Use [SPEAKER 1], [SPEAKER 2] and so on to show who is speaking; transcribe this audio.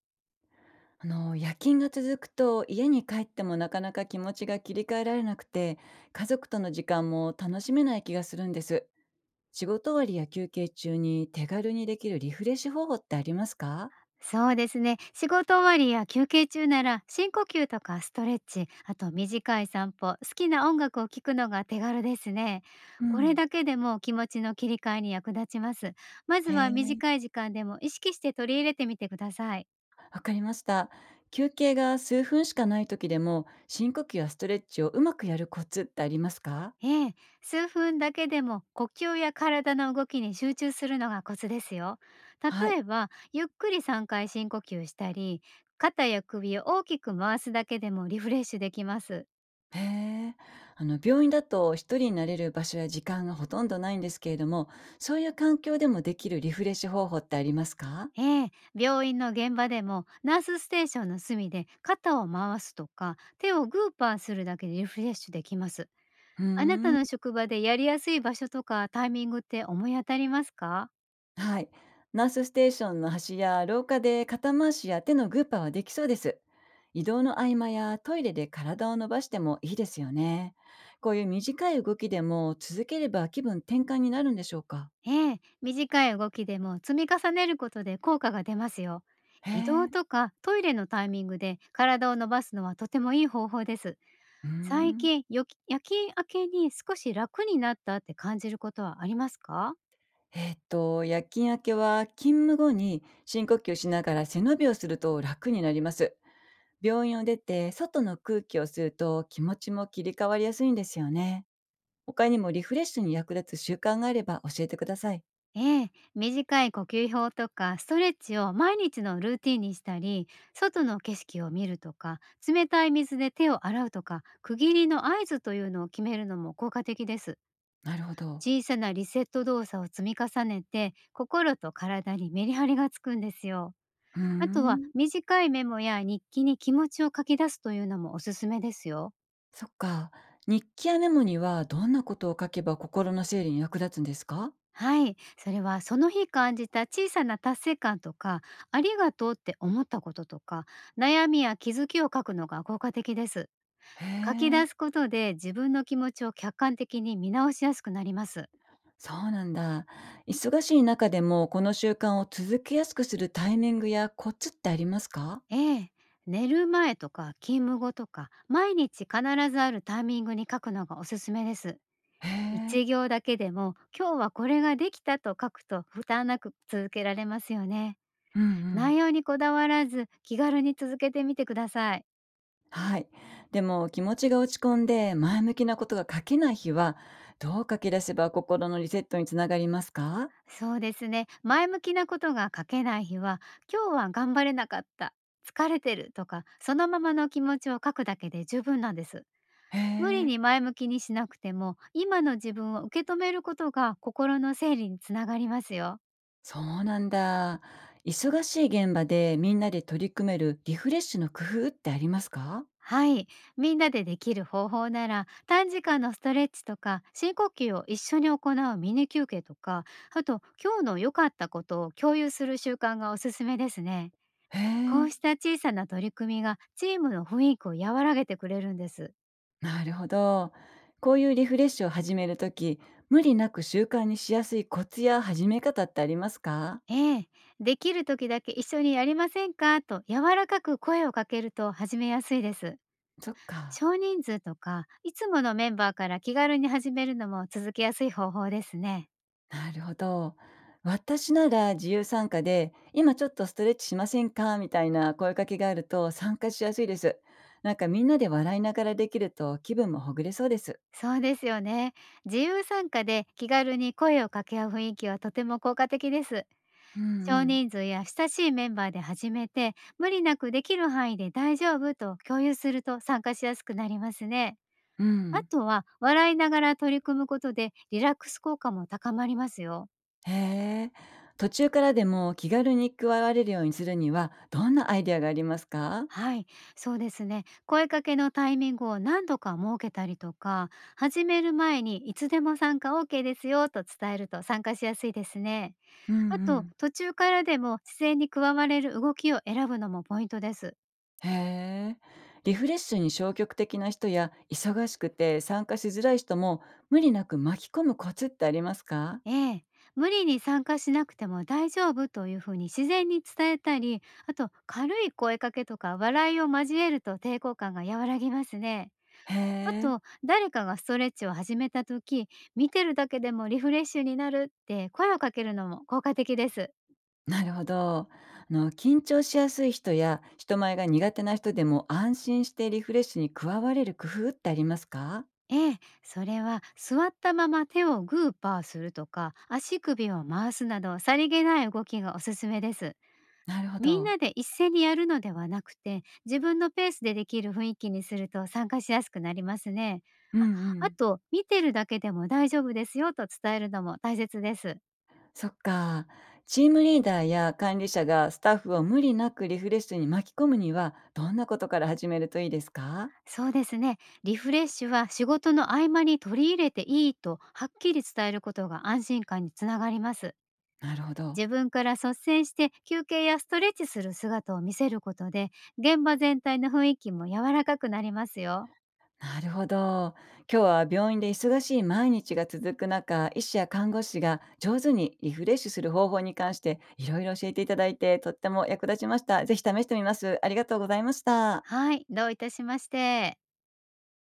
[SPEAKER 1] あの、夜勤が続くと家に帰ってもなかなか気持ちが切り替えられなくて、家族との時間も楽しめない気がするんです。仕事終わりや休憩中に手軽にできるリフレッシュ方法ってありますか？
[SPEAKER 2] そうですね。仕事終わりや休憩中なら深呼吸とかストレッチ、あと短い散歩、好きな音楽を聴くのが手軽ですね。
[SPEAKER 1] う
[SPEAKER 2] これ
[SPEAKER 1] ん。
[SPEAKER 2] だけでも気持ちの切り替えに役立ちます。まず
[SPEAKER 1] へ
[SPEAKER 2] は
[SPEAKER 1] え。
[SPEAKER 2] 短い時間でも意識して取り入れてみてください。
[SPEAKER 1] わかりました。休憩が数分しかない時でも深呼吸やストレッチをうまくやるコツってありますか？
[SPEAKER 2] ええ、数分だけでも呼吸や体の動きに集中するのがコツですよ。
[SPEAKER 1] はい。
[SPEAKER 2] 例えば、ゆっくり3回深呼吸したり、肩や首を大きく回すだけでもリフレッシュできます。
[SPEAKER 1] へえ。あの、病院だと一人になれる場所や時間がほとんどないんですけれども、そういう環境でもできるリフレッシュ方法ってありますか？
[SPEAKER 2] ええ、病院の現場でもナースステーションの隅で肩を回すとか手をグーパーするだけでリフレッシュできます。
[SPEAKER 1] う
[SPEAKER 2] あなた
[SPEAKER 1] ー
[SPEAKER 2] の
[SPEAKER 1] ん。
[SPEAKER 2] 職場でやりやすい場所とかタイミングって思い当たりますか？
[SPEAKER 1] はい。ナースステーションの端や廊下で肩回しや手のグーパーはできそうです。移動の合間やトイレで体を伸ばしてもいいですよね。こういう短い動きでも続ければ気分転換になるんでしょうか？
[SPEAKER 2] ええ、短い動きでも積み重ねることで効果が出ますよ。
[SPEAKER 1] へ
[SPEAKER 2] 移動
[SPEAKER 1] え。
[SPEAKER 2] とかトイレのタイミングで体を伸ばすのはとてもいい方法です。
[SPEAKER 1] うー
[SPEAKER 2] 最
[SPEAKER 1] ん。
[SPEAKER 2] 近よき夜勤明けに少し楽になったって感じることはありますか？
[SPEAKER 1] 夜勤明けは勤務後に深呼吸しながら背伸びをすると楽になります。病院を出て外の空気を吸うと気持ちも切り替わりやすいんですよね。他にもリフレッシュに役立つ習慣があれば教えてください。
[SPEAKER 2] ええ、短い呼吸法とかストレッチを毎日のルーティンにしたり、外の景色を見るとか冷たい水で手を洗うとか、区切りの合図というのを決めるのも効果的です。
[SPEAKER 1] なるほど。
[SPEAKER 2] 小さなリセット動作を積み重ねて心と体にメリハリがつくんですよ。
[SPEAKER 1] うー
[SPEAKER 2] あとは
[SPEAKER 1] ん。
[SPEAKER 2] 短いメモや日記に気持ちを書き出すというのもおすすめですよ。
[SPEAKER 1] そっか。日記やメモにはどんなことを書けば心の整理に役立つんですか？
[SPEAKER 2] はい、それはその日感じた小さな達成感とか、ありがとうって思ったこととか、悩みや気づきを書くのが効果的です。
[SPEAKER 1] へ
[SPEAKER 2] 書き出
[SPEAKER 1] え。
[SPEAKER 2] すことで自分の気持ちを客観的に見直しやすくなります。
[SPEAKER 1] そうなんだ。忙しい中でもこの習慣を続けやすくするタイミングやコツってありますか？
[SPEAKER 2] ええ、寝る前とか勤務後とか、毎日必ずあるタイミングに書くのがおすすめです。
[SPEAKER 1] へえ。
[SPEAKER 2] 一行だけでも今日はこれができたと書くと、負担なく続けられますよね。
[SPEAKER 1] うんう
[SPEAKER 2] 内
[SPEAKER 1] ん。
[SPEAKER 2] 容にこだわらず気軽に続けてみてください。
[SPEAKER 1] はい。でも気持ちが落ち込んで前向きなことが書けない日は、どう書き出せば心のリセットにつながりますか？
[SPEAKER 2] そうですね。前向きなことが書けない日は、今日は頑張れなかった、疲れてるとか、そのままの気持ちを書くだけで十分なんです。
[SPEAKER 1] へ
[SPEAKER 2] 無理
[SPEAKER 1] え。
[SPEAKER 2] に前向きにしなくても、今の自分を受け止めることが心の整理につながりますよ。
[SPEAKER 1] そうなんだ。忙しい現場でみんなで取り組めるリフレッシュの工夫ってありますか？
[SPEAKER 2] はい。みんなでできる方法なら、短時間のストレッチとか、深呼吸を一緒に行うミニ休憩とか、あと、今日の良かったことを共有する習慣がおすすめですね。
[SPEAKER 1] へ
[SPEAKER 2] こう
[SPEAKER 1] え。
[SPEAKER 2] した小さな取り組みがチームの雰囲気を和らげてくれるんです。
[SPEAKER 1] なるほど。こういうリフレッシュを始めるとき、無理なく習慣にしやすいコツや始め方ってありますか？
[SPEAKER 2] ええ、できる時だけ一緒にやりませんかと柔らかく声をかけると始めやすいです。
[SPEAKER 1] そっか。
[SPEAKER 2] 少人数とかいつものメンバーから気軽に始めるのも続けやすい方法ですね。
[SPEAKER 1] なるほど。私なら自由参加で、今ちょっとストレッチしませんかみたいな声かけがあると参加しやすいです。なんかみんなで笑いながらできると気分もほぐれそうです。
[SPEAKER 2] そうですよね。自由参加で気軽に声をかけ合う雰囲気はとても効果的です。
[SPEAKER 1] うんう
[SPEAKER 2] 少
[SPEAKER 1] ん。
[SPEAKER 2] 人数や親しいメンバーで始めて、無理なくできる範囲で大丈夫と共有すると参加しやすくなりますね。
[SPEAKER 1] う
[SPEAKER 2] あ
[SPEAKER 1] ん。
[SPEAKER 2] とは笑いながら取り組むことでリラックス効果も高まりますよ。
[SPEAKER 1] へえ。途中からでも気軽に加われるようにするには、どんなアイデアがありますか？
[SPEAKER 2] はい、そうですね。声かけのタイミングを何度か設けたりとか、始める前にいつでも参加 OK ですよと伝えると参加しやすいですね。
[SPEAKER 1] うんう
[SPEAKER 2] あと、
[SPEAKER 1] ん。
[SPEAKER 2] 途中からでも自然に加われる動きを選ぶのもポイントです。
[SPEAKER 1] へえ。リフレッシュに消極的な人や忙しくて参加しづらい人も無理なく巻き込むコツってありますか？
[SPEAKER 2] ええ、無理に参加しなくても大丈夫というふうに自然に伝えたり、あと軽い声かけとか笑いを交えると抵抗感が和らぎますね。
[SPEAKER 1] へ
[SPEAKER 2] あ
[SPEAKER 1] え。
[SPEAKER 2] と、誰かがストレッチを始めた時、見てるだけでもリフレッシュになるって声をかけるのも効果的です。
[SPEAKER 1] なるほど。あの、緊張しやすい人や人前が苦手な人でも安心してリフレッシュに加われる工夫ってありますか？
[SPEAKER 2] ええ、それは座ったまま手をグーパーするとか、足首を回すなど、さりげない動きがおすすめです。
[SPEAKER 1] なるほ
[SPEAKER 2] みん
[SPEAKER 1] ど。
[SPEAKER 2] なで一斉にやるのではなくて、自分のペースでできる雰囲気にすると参加しやすくなりますね。
[SPEAKER 1] うん
[SPEAKER 2] あ
[SPEAKER 1] う
[SPEAKER 2] あ
[SPEAKER 1] ん。
[SPEAKER 2] と、見てるだけでも大丈夫ですよと伝えるのも大切です。
[SPEAKER 1] そっか。チームリーダーや管理者がスタッフを無理なくリフレッシュに巻き込むにはどんなことから始めるといいですか？
[SPEAKER 2] そうですね。リフレッシュは仕事の合間に取り入れていいとはっきり伝えることが、安心感につながります。
[SPEAKER 1] なるほど。
[SPEAKER 2] 自分から率先して休憩やストレッチする姿を見せることで、現場全体の雰囲気も柔らかくなりますよ。
[SPEAKER 1] なるほど。今日は病院で忙しい毎日が続く中、医師や看護師が上手にリフレッシュする方法に関していろいろ教えていただいて、とっても役立ちました。ぜひ試してみます。ありがとうございました。
[SPEAKER 2] はい、どういたしまして。